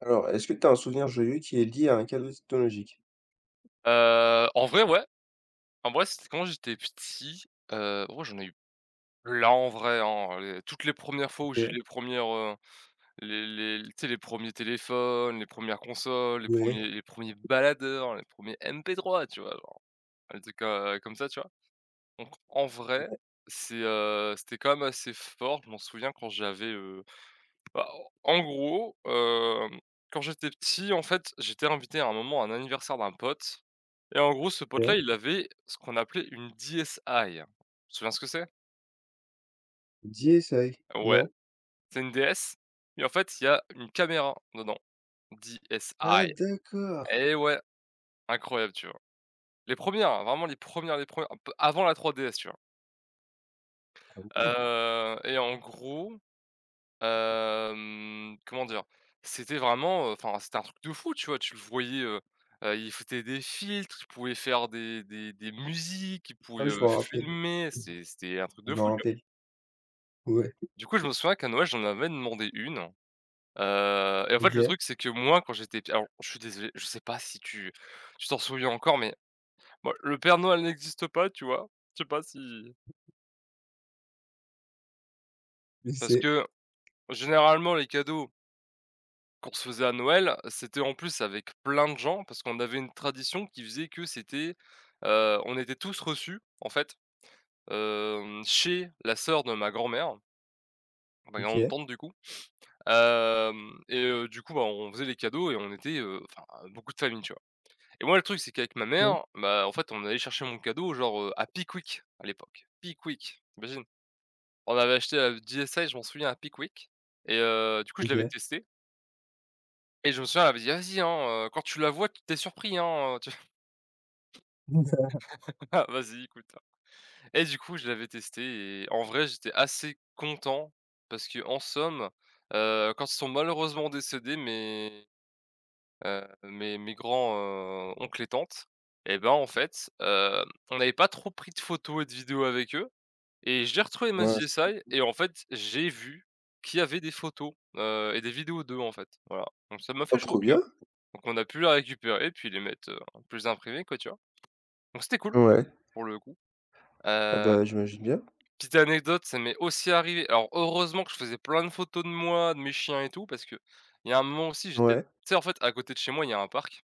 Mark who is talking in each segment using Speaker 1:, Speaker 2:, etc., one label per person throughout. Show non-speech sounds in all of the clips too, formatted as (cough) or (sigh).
Speaker 1: Alors, est-ce que tu as un souvenir joyeux qui est lié à un cadeau technologique?
Speaker 2: En vrai, ouais. En vrai, c'était quand j'étais petit, oh j'en ai eu plein en vrai, hein, les toutes les premières fois où j'ai eu
Speaker 1: OK,
Speaker 2: les premières, res les les tu sais les premiers téléphones, les premières consoles, les
Speaker 1: ouais,
Speaker 2: premiers baladeurs, les premiers ers MP3, tu vois? Genre, des trucs, comme ça, tu vois? Donc en vrai, c'était quand même assez fort. Je m'en souviens quand j'avais, bah, en gros, quand j'étais petit, en fait, j'étais invité à un moment à un anniversaire d'un pote et en gros, ce pote-là,
Speaker 1: OK.
Speaker 2: il avait ce qu'on appelait une DSi. Tu te souviens ce que c'est?
Speaker 1: DSi,
Speaker 2: Ouais,
Speaker 1: non?
Speaker 2: c'est une DS, mais en fait, il y a une caméra dedans.
Speaker 1: Ah
Speaker 2: DSi.
Speaker 1: d'accord,
Speaker 2: Eh ouais, incroyable, tu vois? Les premières, hein, vraiment les premières, un peu avant la 3DS, tu vois?
Speaker 1: ouais.
Speaker 2: Et en gros, comment dire? C'était vraiment, enfin, c'était un truc de fou, tu vois? Tu le voyais, il foutait des filtres, il pouvait faire des musiques, il
Speaker 1: Ah
Speaker 2: pouvait,
Speaker 1: oui, je m'en rappelle,
Speaker 2: filmer, c'était un truc
Speaker 1: je
Speaker 2: de
Speaker 1: m'en
Speaker 2: fou, tu vois?
Speaker 1: rappelle. Ouais,
Speaker 2: Du coup, je me souviens qu'à Noël, j'en avais demandé une, et en fait, le
Speaker 1: OK,
Speaker 2: truc, c'est que moi, quand j'étais p alors, je suis désolé, je sais pas si tu t'en souviens encore, mais moi, le Père Noël n'existe pas, tu vois? Je sais pas si.
Speaker 1: je
Speaker 2: Parce
Speaker 1: sais.
Speaker 2: que, généralement, les cadeaux qu'on se faisait à Noël, c'était en plus avec plein de gens parce qu'on avait une tradition qui faisait que c'était, on était tous reçus, en fait, chez la sœur de ma grand-mère, ma grande
Speaker 1: OK,
Speaker 2: tante, du coup, hem et du coup, bah, on faisait les cadeaux et on était, enfin, beaucoup de familles, tu vois? Et moi, le truc, c'est qu'avec ma
Speaker 1: yeah,
Speaker 2: mère, bah, en fait, on allait chercher mon cadeau, genre, à Pickwick, à l'époque. Pickwick, tu imagines? On avait acheté la DSi, je m'en souviens, à Pickwick et du coup, je l'avais
Speaker 1: OK.
Speaker 2: testé et je me souviens, elle m'avait dit: «Vas-y, hein, quand tu la vois, tu surpris, hein, tu
Speaker 1: (laughs)
Speaker 2: (laughs) vois? Vas-y, écoute, hein». Et du coup, je l'avais testé et en vrai, j'étais assez content parce que en somme, quand ils sont malheureusement décédés, mes grands, oncles et tantes, et ben, en fait, on n'avait pas trop pris de photos et de vidéos avec eux. Et j'ai retrouvé
Speaker 1: Mince.
Speaker 2: MSGSI et en fait, j'ai vu qu'il y avait des photos, et des vidéos d'eux, en fait, voilà. Donc ça m'a fait
Speaker 1: Oh
Speaker 2: chaud au
Speaker 1: trop
Speaker 2: cœur.
Speaker 1: bien!
Speaker 2: Donc on a pu la récupérer puis les mettre, plus imprimés, quoi, tu vois? Donc c'était cool,
Speaker 1: Ouais.
Speaker 2: pour le coup.
Speaker 1: Ah
Speaker 2: Heu,
Speaker 1: bah, j'imagine bien.
Speaker 2: Petite anecdote, ça m'est aussi arrivé. Alors heureusement que je faisais plein de photos de moi, de mes chiens et tout, parce que il y a un moment aussi, j'étais, tu
Speaker 1: Ouais,
Speaker 2: sais, en fait, à côté de chez moi, il y a un parc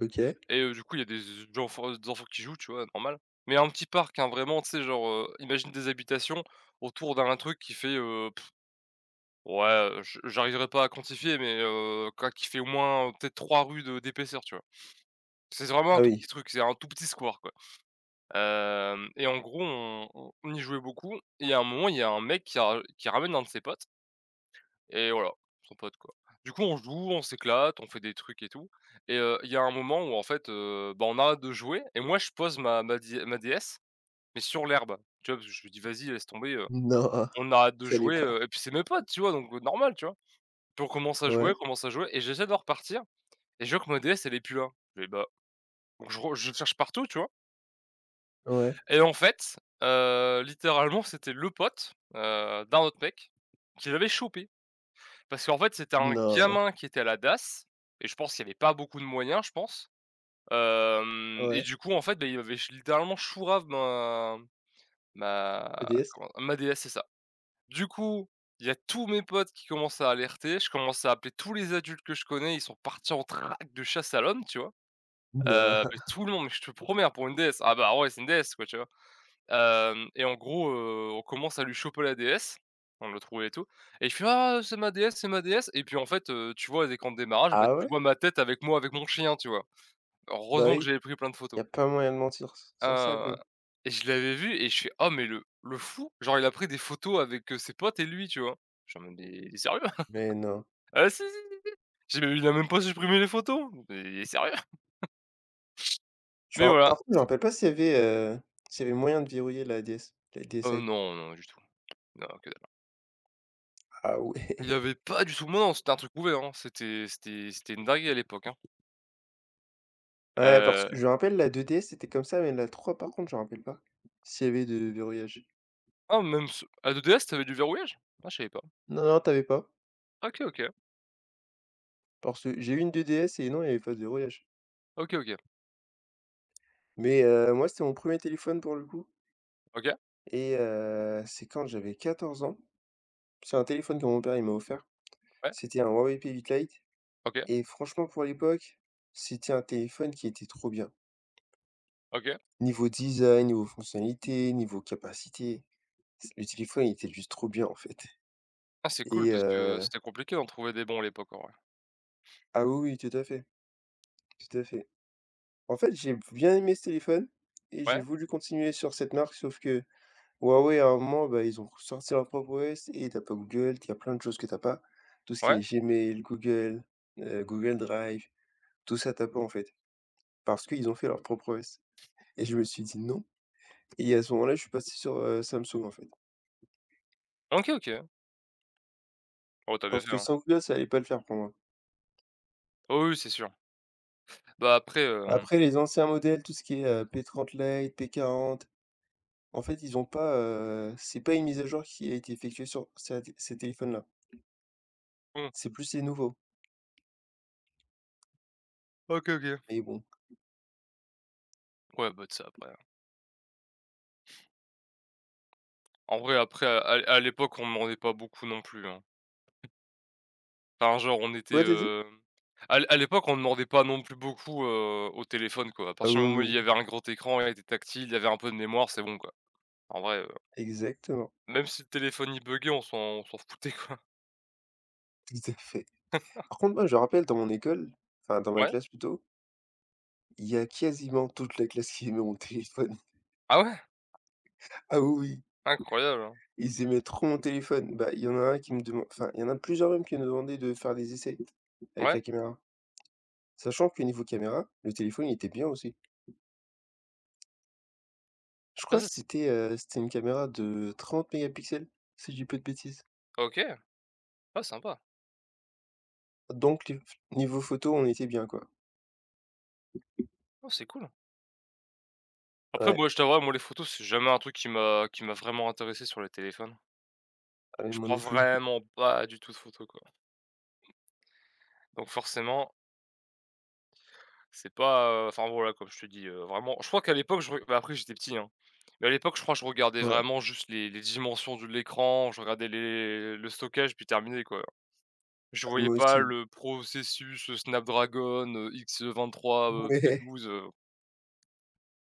Speaker 1: OK.
Speaker 2: et du coup, il y a des enfants qui jouent, tu vois, normal. Mais un petit parc, hein, vraiment, tu sais, genre, imagine des habitations autour d'un truc qui fait, ouais, je j'arriverai pas à quantifier, mais quoi qu'il fait au moins, peut-être 3 rues de d'épaisseur, tu vois? C'est vraiment un
Speaker 1: Ah
Speaker 2: tout petit
Speaker 1: oui.
Speaker 2: truc, c'est un tout petit square, quoi. Hem Et en gros, on y jouait beaucoup et à un moment, il y a un mec qui ramène un de ses potes et voilà, son pote, quoi. Du coup, on joue, on s'éclate, on fait des trucs et tout et il y a un moment où en fait, bah, on arrête de jouer et moi, je pose ma DS, mais sur l'herbe, tu vois? Parce que je lui dis: «Vas-y, laisse tomber,
Speaker 1: Non,
Speaker 2: on arrête de
Speaker 1: fallait
Speaker 2: jouer»,
Speaker 1: pas.
Speaker 2: et puis c'est mes potes, tu vois? Donc normal, tu vois? Puis on commence à jouer,
Speaker 1: Ouais,
Speaker 2: on commence à jouer et j'essaie de repartir et je vois que ma DS elle est plus là. Je fais: «Bah», donc je cherche partout, tu vois?
Speaker 1: ouais.
Speaker 2: Et en fait, littéralement, c'était le pote, d'un autre mec qui l'avait chopé. Parce qu'en fait, c'était un
Speaker 1: Non,
Speaker 2: gamin qui était à la DAS et je pense qu'il y avait pas beaucoup de moyens, je pense. Hem Et
Speaker 1: ouais.
Speaker 2: du coup, en fait, bah, il avait ch littéralement chourave ma
Speaker 1: La
Speaker 2: ma
Speaker 1: DS?
Speaker 2: comment ma DS, c'est ça. Du coup, il y a tous mes potes qui commencent à alerter. Je commence à appeler tous les adultes que je connais. Ils sont partis en traque de chasse à l'homme, tu vois?
Speaker 1: Non.
Speaker 2: Mais
Speaker 1: (laughs)
Speaker 2: tout le monde, mais je te promets, hein, pour une déesse. Ah bah, ouais, c'est une déesse, quoi, tu vois? Hem Et en gros, on commence à lui choper la déesse. On le trouve et tout et je fais: «Ah, c'est ma déesse» et puis, en fait, tu vois, dès qu'on démarrage, bah,
Speaker 1: Ah
Speaker 2: tu
Speaker 1: ouais?
Speaker 2: vois ma tête avec moi, avec mon chien, tu vois?
Speaker 1: Bah
Speaker 2: Heureusement que
Speaker 1: oui,
Speaker 2: j'avais pris plein de
Speaker 1: y
Speaker 2: photos.
Speaker 1: a pas moyen de mentir s sur ça,
Speaker 2: Heu
Speaker 1: quoi.
Speaker 2: et je l'avais vu et je fais: «Oh mais le fou!» Genre il a pris des photos avec, ses potes et lui, tu vois? Je suis en mode: «Mais il est sérieux?»
Speaker 1: Mais non.
Speaker 2: (laughs) «Ah si, si, si!» J'ai dit, mais il a même pas supprimé les photos, mais il est sérieux?
Speaker 1: Je
Speaker 2: Mais
Speaker 1: me ra Par
Speaker 2: voilà.
Speaker 1: contre, je me rappelle pas s'il y avait moyen de verrouiller la DS, la DSi.
Speaker 2: Non, non, du tout. Non, que dalle.
Speaker 1: Ah
Speaker 2: Il y
Speaker 1: ouais!
Speaker 2: avait
Speaker 1: (laughs)
Speaker 2: pas du tout, mais non, c'était un truc ouvert, hein. C'était une dinguerie à l'époque, hein.
Speaker 1: Ouais, parce que
Speaker 2: Heu,
Speaker 1: je me rappelle la 2DS, c'était comme ça, mais la 3 par contre, je me rappelle pas s'il y avait de verrouillage.
Speaker 2: ah même ce A2DS, tu avais du verrouillage? Ah je savais pas.
Speaker 1: Non, non, tu avais pas,
Speaker 2: OK, OK.
Speaker 1: parce que j'ai eu une 2DS et non, il y avait pas de verrouillage.
Speaker 2: OK, OK.
Speaker 1: Mais, moi, c'était mon premier téléphone pour le coup
Speaker 2: OK,
Speaker 1: et c'est quand j'avais 14 ans. C'est un téléphone que mon père, il m'a offert.
Speaker 2: ouais,
Speaker 1: C'était un Huawei P8 Lite
Speaker 2: OK,
Speaker 1: et franchement, pour l'époque, c'était un téléphone qui était trop bien.
Speaker 2: OK.
Speaker 1: Niveau design, niveau fonctionnalité, niveau capacité. C Le téléphone, il était juste trop bien, en fait,
Speaker 2: Ah c'est cool
Speaker 1: et
Speaker 2: parce que
Speaker 1: heu
Speaker 2: c'était compliqué d'en trouver des bons à l'époque en vrai.
Speaker 1: ah oui, oui, tout à fait, tout à fait. En fait, j'ai bien aimé ce téléphone et j'ai
Speaker 2: Ouais,
Speaker 1: voulu continuer sur cette marque, sauf que Huawei, à un moment, bah, ils ont sorti leur propre OS et t'as pas Google, tu as plein de choses que t'as pas. Tout ce qui est
Speaker 2: ouais.
Speaker 1: Gmail, Google, Google Drive, tout ça, t'as pas, en fait, parce qu'ils ont fait leur propre OS et je me suis dit: «Non», et à ce moment-là, je suis passé sur, Samsung, en fait,
Speaker 2: OK, OK. Oh t'as bien
Speaker 1: parce
Speaker 2: fait,
Speaker 1: que
Speaker 2: hein.
Speaker 1: sans Google, ça allait pas le faire pour moi.
Speaker 2: Oh oui, oui, c'est sûr. Bah, après,
Speaker 1: Après les anciens modèles, tout ce qui est, P30 Lite, P40. En fait, ils ont pas, c'est pas une mise à jour qui a été effectuée sur ces téléphones-là.
Speaker 2: mmh,
Speaker 1: C'est plus les nouveaux,
Speaker 2: OK, OK.
Speaker 1: mais bon.
Speaker 2: Ouais, bah, tu sais, après, en vrai, après, à l'époque, on demandait pas beaucoup non plus, hein. Enfin, genre, on était,
Speaker 1: Quoi, tu as dit?
Speaker 2: à l'époque, on demandait pas non plus beaucoup, au téléphone, quoi. À
Speaker 1: Ah
Speaker 2: partir du moment où
Speaker 1: oui,
Speaker 2: il
Speaker 1: oui,
Speaker 2: y avait un grand écran, il était tactile, il y avait un peu de mémoire, c'est bon, quoi. En vrai,
Speaker 1: exactement,
Speaker 2: même si le téléphone, il buguait, on s'en foutait, quoi.
Speaker 1: (laughs) tout à fait. Par contre, moi, je me rappelle dans mon école, enfin dans
Speaker 2: (laughs)
Speaker 1: ma
Speaker 2: Ouais?
Speaker 1: classe plutôt, il y a quasiment toute la classe qui aimait mon téléphone. (laughs)
Speaker 2: Ah ouais?
Speaker 1: Ah oui, oui,
Speaker 2: Incroyable, hein.
Speaker 1: ils aimaient trop mon téléphone. Bah, il y en a un qui me demande, enfin, il y en a plusieurs même qui me demandaient de faire des essais avec
Speaker 2: Ouais?
Speaker 1: la caméra. Sachant que niveau caméra, le téléphone, il était bien aussi. Je
Speaker 2: Ah
Speaker 1: crois
Speaker 2: ça,
Speaker 1: que
Speaker 2: c'est
Speaker 1: c'était une caméra de 30 mégapixels, si je dis pas de bêtises.
Speaker 2: OK. Ah, sympa.
Speaker 1: Donc les niveau photo, on était bien, quoi.
Speaker 2: Ah, c'est cool. Après,
Speaker 1: Ouais,
Speaker 2: moi, je t'avoue, moi les photos, c'est jamais un truc qui m'a vraiment intéressé sur les téléphones.
Speaker 1: ah oui,
Speaker 2: Je
Speaker 1: moi
Speaker 2: prends
Speaker 1: non plus.
Speaker 2: vraiment pas du tout de photos, quoi. Donc forcément, c'est pas, enfin voilà, comme je te dis, vraiment je crois qu'à l'époque je re bah, après j'étais petit, hein, mais à l'époque je crois que je regardais
Speaker 1: Ouais.
Speaker 2: vraiment juste les dimensions de l'écran, je regardais les le stockage puis terminé, quoi. Je
Speaker 1: Ah,
Speaker 2: voyais
Speaker 1: moi
Speaker 2: pas
Speaker 1: aussi. (laughs)
Speaker 2: le processus, Snapdragon, X23,
Speaker 1: Ouais.
Speaker 2: P12,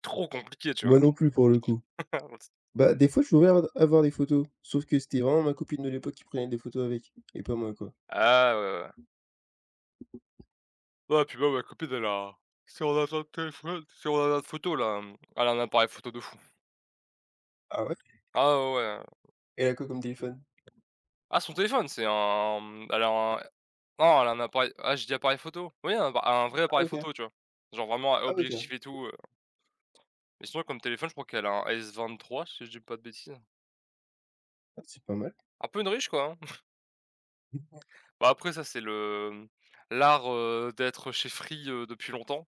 Speaker 2: trop compliqué, tu
Speaker 1: Moi
Speaker 2: vois?
Speaker 1: non plus pour le coup.
Speaker 2: (laughs)
Speaker 1: Bah, des fois, je voulais avoir des photos, sauf que c'était vraiment ma copine de l'époque qui prenait des photos avec et pas moi, quoi.
Speaker 2: Ah ouais, ouais, ouais. Ouais, puis moi ma copine elle a, si on a son téléphone, si on a notre photo là, elle a un appareil photo de fou.
Speaker 1: Ah ouais?
Speaker 2: Ah ouais, ouais.
Speaker 1: Elle a quoi comme téléphone?
Speaker 2: Ah son téléphone, c'est un, elle a un, non, elle a un appareil, ah j'ai dit appareil photo. Oui, un appa un vrai
Speaker 1: Ah
Speaker 2: appareil
Speaker 1: OK,
Speaker 2: photo, tu vois? Genre vraiment à
Speaker 1: ah OK.
Speaker 2: objectif et tout, mais sinon comme téléphone, je crois qu'elle a un S23 si je dis pas de bêtises.
Speaker 1: Ah, c'est pas mal.
Speaker 2: Un peu une riche, quoi, hein. (laughs) Bah, après ça, c'est le, l'art, d'être chez Free, depuis longtemps,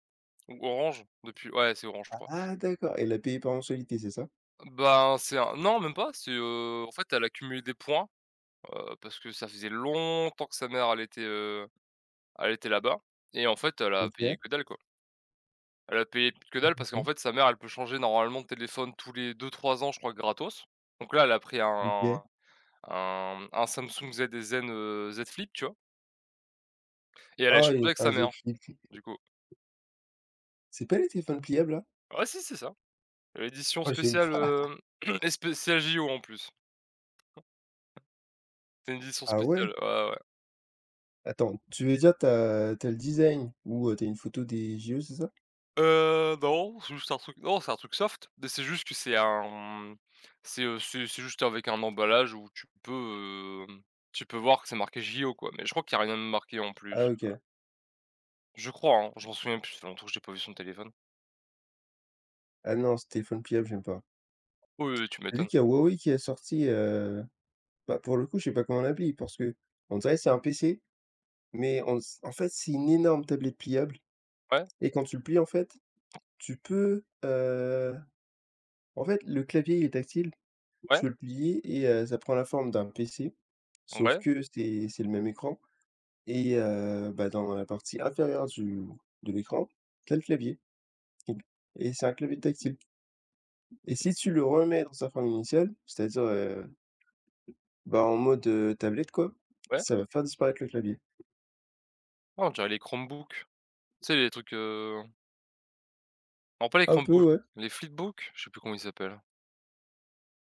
Speaker 2: ou Orange depuis, ouais, c'est Orange, je crois.
Speaker 1: Ah d'accord, elle a payé par mensualité, c'est ça?
Speaker 2: Ben, c'est un, non, même pas, en fait, elle a accumulé des points, parce que ça faisait longtemps que sa mère elle était là-bas et en fait, elle a payé
Speaker 1: OK,
Speaker 2: que dalle, quoi. Elle a payé que dalle parce
Speaker 1: mmh,
Speaker 2: qu'en fait, sa mère, elle peut changer normalement de téléphone tous les deux trois ans, je crois, gratos. Donc là, elle a pris un
Speaker 1: OK.
Speaker 2: un un Samsung ZSN, Z Flip, tu vois? Et elle a
Speaker 1: Oh,
Speaker 2: échangé
Speaker 1: les
Speaker 2: avec sa
Speaker 1: ah, z
Speaker 2: mère,
Speaker 1: flip.
Speaker 2: du coup.
Speaker 1: C'est pas les téléphones pliables, là?
Speaker 2: Ah si, c'est ça. L'édition
Speaker 1: Oh j'aime
Speaker 2: spéciale,
Speaker 1: pas.
Speaker 2: (clears throat) et spéciale JO en plus. C'est une édition
Speaker 1: (laughs) Ah ouais?
Speaker 2: spéciale, ouais, ouais.
Speaker 1: Attends, tu veux dire t'as le design ou tu une photo des JO, c'est ça?
Speaker 2: Non, c'est juste un truc, non, c'est un truc soft, mais c'est juste que c'est juste avec un emballage où tu peux voir que c'est marqué JO, quoi, mais je crois qu'il y a rien de marqué en
Speaker 1: Ah
Speaker 2: plus.
Speaker 1: OK.
Speaker 2: Je crois, hein, je m'en souviens plus, ça fait longtemps que j'ai pas vu son téléphone.
Speaker 1: Ah non, ce téléphone pliable, j'aime pas.
Speaker 2: Oui, oui, tu
Speaker 1: J'ai vu
Speaker 2: m'étonnes.
Speaker 1: qu'il y a Huawei qui a sorti, bah, pour le coup, je sais pas comment on l'appelle, parce que on dirait que c'est un PC, mais on s en fait, c'est une énorme tablette pliable,
Speaker 2: Ouais,
Speaker 1: et quand tu le plies, en fait, tu peux, heu, en fait, le clavier, il est tactile, tu
Speaker 2: ouais,
Speaker 1: peux le plier et ça prend la forme d'un PC, sauf
Speaker 2: ouais,
Speaker 1: que c'est le même écran, et bah, dans la partie inférieure du de l'écran, t'as le clavier, et c'est un clavier tactile, et si tu le remets dans sa forme initiale, c'est-à-dire, euh, bah, en mode, tablette quoi,
Speaker 2: ouais.
Speaker 1: ça va faire disparaître le clavier.
Speaker 2: Ah, on dirait les Chromebooks. Tu sais les trucs, non pas les
Speaker 1: Un peu
Speaker 2: Chromebooks,
Speaker 1: ouais,
Speaker 2: les flipbooks? Je sais plus comment ils s'appellent.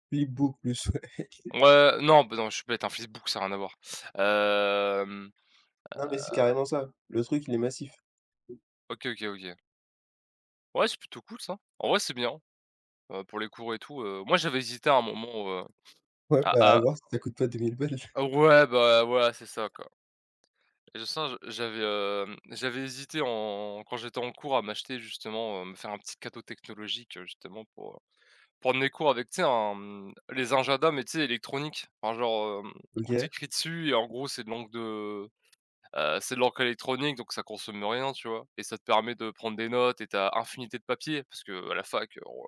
Speaker 1: puis beaucoup plus ouais. (laughs)
Speaker 2: Ouais, non, bah, non, je suis bête, un flipbook ça a rien à voir. Hem, heu,
Speaker 1: Non mais c'est carrément ça, le truc il est massif.
Speaker 2: OK, OK, OK. Ouais, c'est plutôt cool ça. En vrai, c'est bien, pour les cours et tout, moi j'avais hésité à un moment,
Speaker 1: Ouais, bah, à
Speaker 2: à
Speaker 1: voir si ça coûte pas 2 000 balles.
Speaker 2: à ouais, bah, voilà, c'est ça quoi. Et le singe,
Speaker 1: (laughs)
Speaker 2: j'avais hésité en quand j'étais en cours à m'acheter justement, me faire un petit cadeau technologique, justement pour, prendre mes cours avec, tu sais, les injadas, mais tu sais, électroniques. Enfin genre, où tu
Speaker 1: OK,
Speaker 2: écris dessus et en gros, c'est de l'encre électronique, donc ça consomme rien, tu vois? Et ça te permet de prendre des notes et t'as as infinité de papier parce que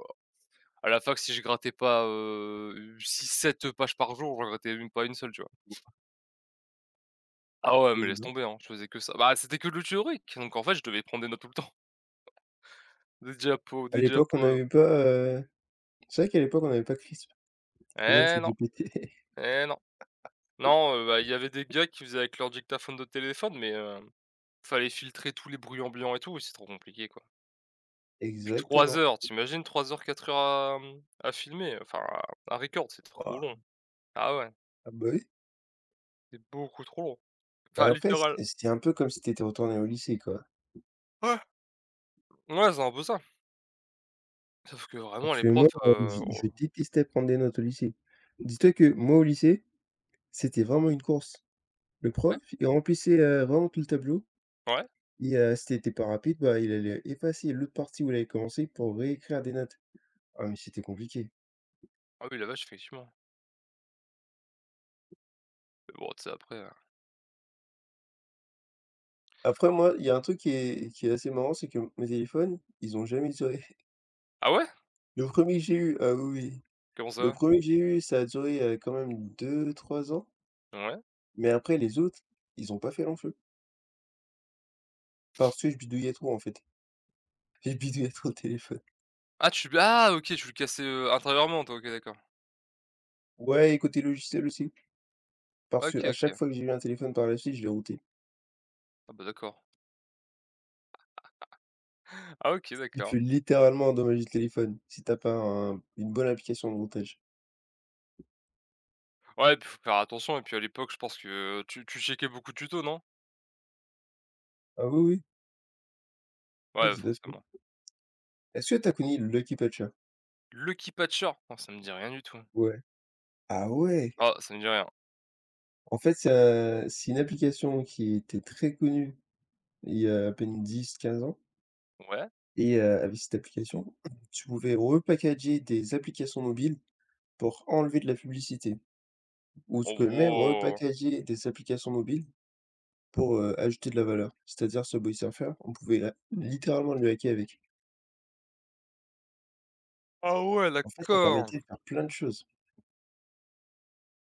Speaker 2: à la fac, si je grattais pas, six sept pages par jour, j'en grattais même pas une seule, tu vois? Ah ouais, mais
Speaker 1: et
Speaker 2: laisse
Speaker 1: ben,
Speaker 2: tomber, hein, je faisais que ça. Bah, c'était que de le théorique, donc en fait, je devais prendre des notes tout le temps. (laughs) Des diapos,
Speaker 1: à
Speaker 2: des
Speaker 1: l'époque on
Speaker 2: diapos.
Speaker 1: n'avait pas, heu c'est vrai qu'à l'époque on n'avait pas Crisp ou même
Speaker 2: Eh non,
Speaker 1: ChatGPT. (laughs)
Speaker 2: eh non. Non, bah, il y avait des gars qui faisaient avec leur dictaphone de téléphone, mais fallait filtrer tous les bruits ambiants et tout, c'est trop compliqué, quoi. Puis 3
Speaker 1: Exactement.
Speaker 2: heures, t'imagines 3 heures, 4 heures à filmer, enfin à record, c'est trop
Speaker 1: Waouh,
Speaker 2: long. Ah ouais,
Speaker 1: ah bah oui.
Speaker 2: c'est beaucoup trop long.
Speaker 1: Mais
Speaker 2: Enfin,
Speaker 1: après c
Speaker 2: littéral
Speaker 1: c'était un peu comme si t'étais retourné au lycée quoi.
Speaker 2: ouais, ouais, c'est un peu ça. Sauf que vraiment
Speaker 1: Parce
Speaker 2: les
Speaker 1: que
Speaker 2: profs,
Speaker 1: moi, je
Speaker 2: oh,
Speaker 1: détestais prendre des notes au lycée. Dis-toi que moi, au lycée, c'était vraiment une course. Le prof,
Speaker 2: ouais,
Speaker 1: il remplissait, vraiment tout le tableau,
Speaker 2: ouais.
Speaker 1: et si tu pas rapide, bah, il allait effacer l'autre partie où il avait commencé pour réécrire des notes. Ah mais c'était compliqué.
Speaker 2: Ah oui, la vache, effectivement. Mais bon, tu sais après,
Speaker 1: Après moi, il y a un truc qui est assez marrant, c'est que mes téléphones, ils ont jamais duré.
Speaker 2: ah ouais?
Speaker 1: (laughs) Le premier que j'ai eu, ah oui, oui,
Speaker 2: Comment
Speaker 1: le
Speaker 2: ça?
Speaker 1: premier que j'ai eu, ça a duré, quand même deux trois ans,
Speaker 2: Ouais.
Speaker 1: mais après les autres, ils ont pas fait long feu parce que je bidouillais trop, en fait. (laughs) Je bidouillais trop le téléphone.
Speaker 2: Ah tu ah OK, tu le cassais, intérieurement toi? OK, d'accord.
Speaker 1: Ouais, et côté logiciel aussi, parce que
Speaker 2: OK,
Speaker 1: à chaque
Speaker 2: OK.
Speaker 1: fois que j'ai eu un téléphone par la suite, je l'ai routé.
Speaker 2: Ah bah d'accord. Ah OK,
Speaker 1: Il
Speaker 2: d'accord.
Speaker 1: peut littéralement endommager le téléphone si t'as pas un une bonne application de routage.
Speaker 2: Ouais, puis faut faire attention et puis à l'époque, je pense que tu checkais beaucoup de tutos, non?
Speaker 1: Ah oui, oui, ouais,
Speaker 2: Ouais,
Speaker 1: tout à
Speaker 2: forcément.
Speaker 1: fait. Est-ce que t'as as connu le Lucky Patcher?
Speaker 2: Lucky Patcher? Oh, ça me dit rien du tout.
Speaker 1: Ouais. Ah ouais!
Speaker 2: Ah, ça me dit rien.
Speaker 1: En fait, c'est une application qui était très connue il y a à peine 10, 15 ans,
Speaker 2: Ouais?
Speaker 1: et avec cette application, tu pouvais repackager des applications mobiles pour enlever de la publicité, ou tu
Speaker 2: Oh
Speaker 1: peux même
Speaker 2: wow!
Speaker 1: repackager des applications mobiles pour, ajouter de la valeur. C'est-à-dire ce boy surfer, on pouvait la littéralement le hacker avec.
Speaker 2: Ah ouais,
Speaker 1: En fait, ça
Speaker 2: d'accord!
Speaker 1: permettait de faire plein de choses.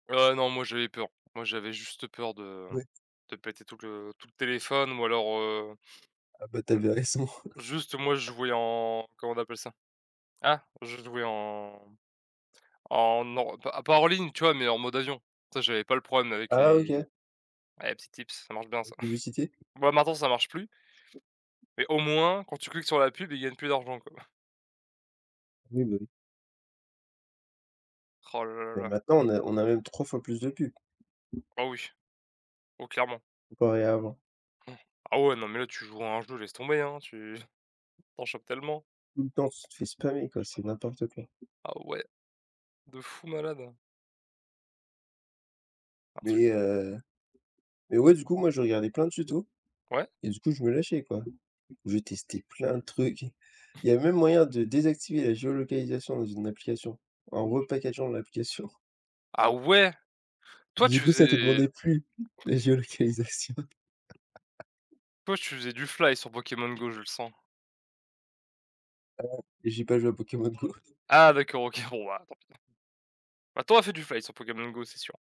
Speaker 2: Ouais, non, moi j'avais peur. Moi j'avais juste peur de
Speaker 1: Ouais.
Speaker 2: de péter tout le téléphone ou alors,
Speaker 1: Ah bah, t'avais raison. (laughs)
Speaker 2: juste moi je jouais en comment on appelle ça? Ah, je jouais en En non, pas hors ligne, tu vois? Mais en mode avion. Ça, j'avais pas le problème avec
Speaker 1: Ah OK,
Speaker 2: les
Speaker 1: la
Speaker 2: ouais, petit tips, ça marche bien ça. (laughs)
Speaker 1: publicité?
Speaker 2: Bon, maintenant, ça marche plus, mais au moins, quand tu cliques sur la pub, ils gagnent plus d'argent, quoi.
Speaker 1: Oui, bah, oui.
Speaker 2: (laughs) Oh là là
Speaker 1: Mais
Speaker 2: là.
Speaker 1: maintenant on a même 3 fois plus de pubs
Speaker 2: Ah oui. Oh, clairement.
Speaker 1: comparé à avant.
Speaker 2: Hmm. Ah ouais, non, mais là, tu joues à un jeu, laisse tomber, hein, tu (laughs) tu chopes tellement.
Speaker 1: Tout le temps, tu te fais spammer quoi, c'est n'importe quoi.
Speaker 2: Ah ouais, de fou malade. Un truc
Speaker 1: Mais, heu, mais ouais, du coup, moi je regardais plein de tutos,
Speaker 2: ouais?
Speaker 1: et du coup je me lâchais quoi. Je testais plein de trucs. Il y a même moyen de désactiver la géolocalisation dans une application, en repackageant l'application.
Speaker 2: Ah ouais? Toi,
Speaker 1: Du
Speaker 2: tu
Speaker 1: coup, ça te
Speaker 2: faisais
Speaker 1: demandait plus la géolocalisation.
Speaker 2: toi, tu faisais du fly sur Pokémon Go, je le sens.
Speaker 1: Et j'ai pas joué à Pokémon Go.
Speaker 2: Ah d'accord, OK. (laughs) Bon, bah, tant pis. Bah, tu fait du fly sur Pokémon Go, c'est sûr.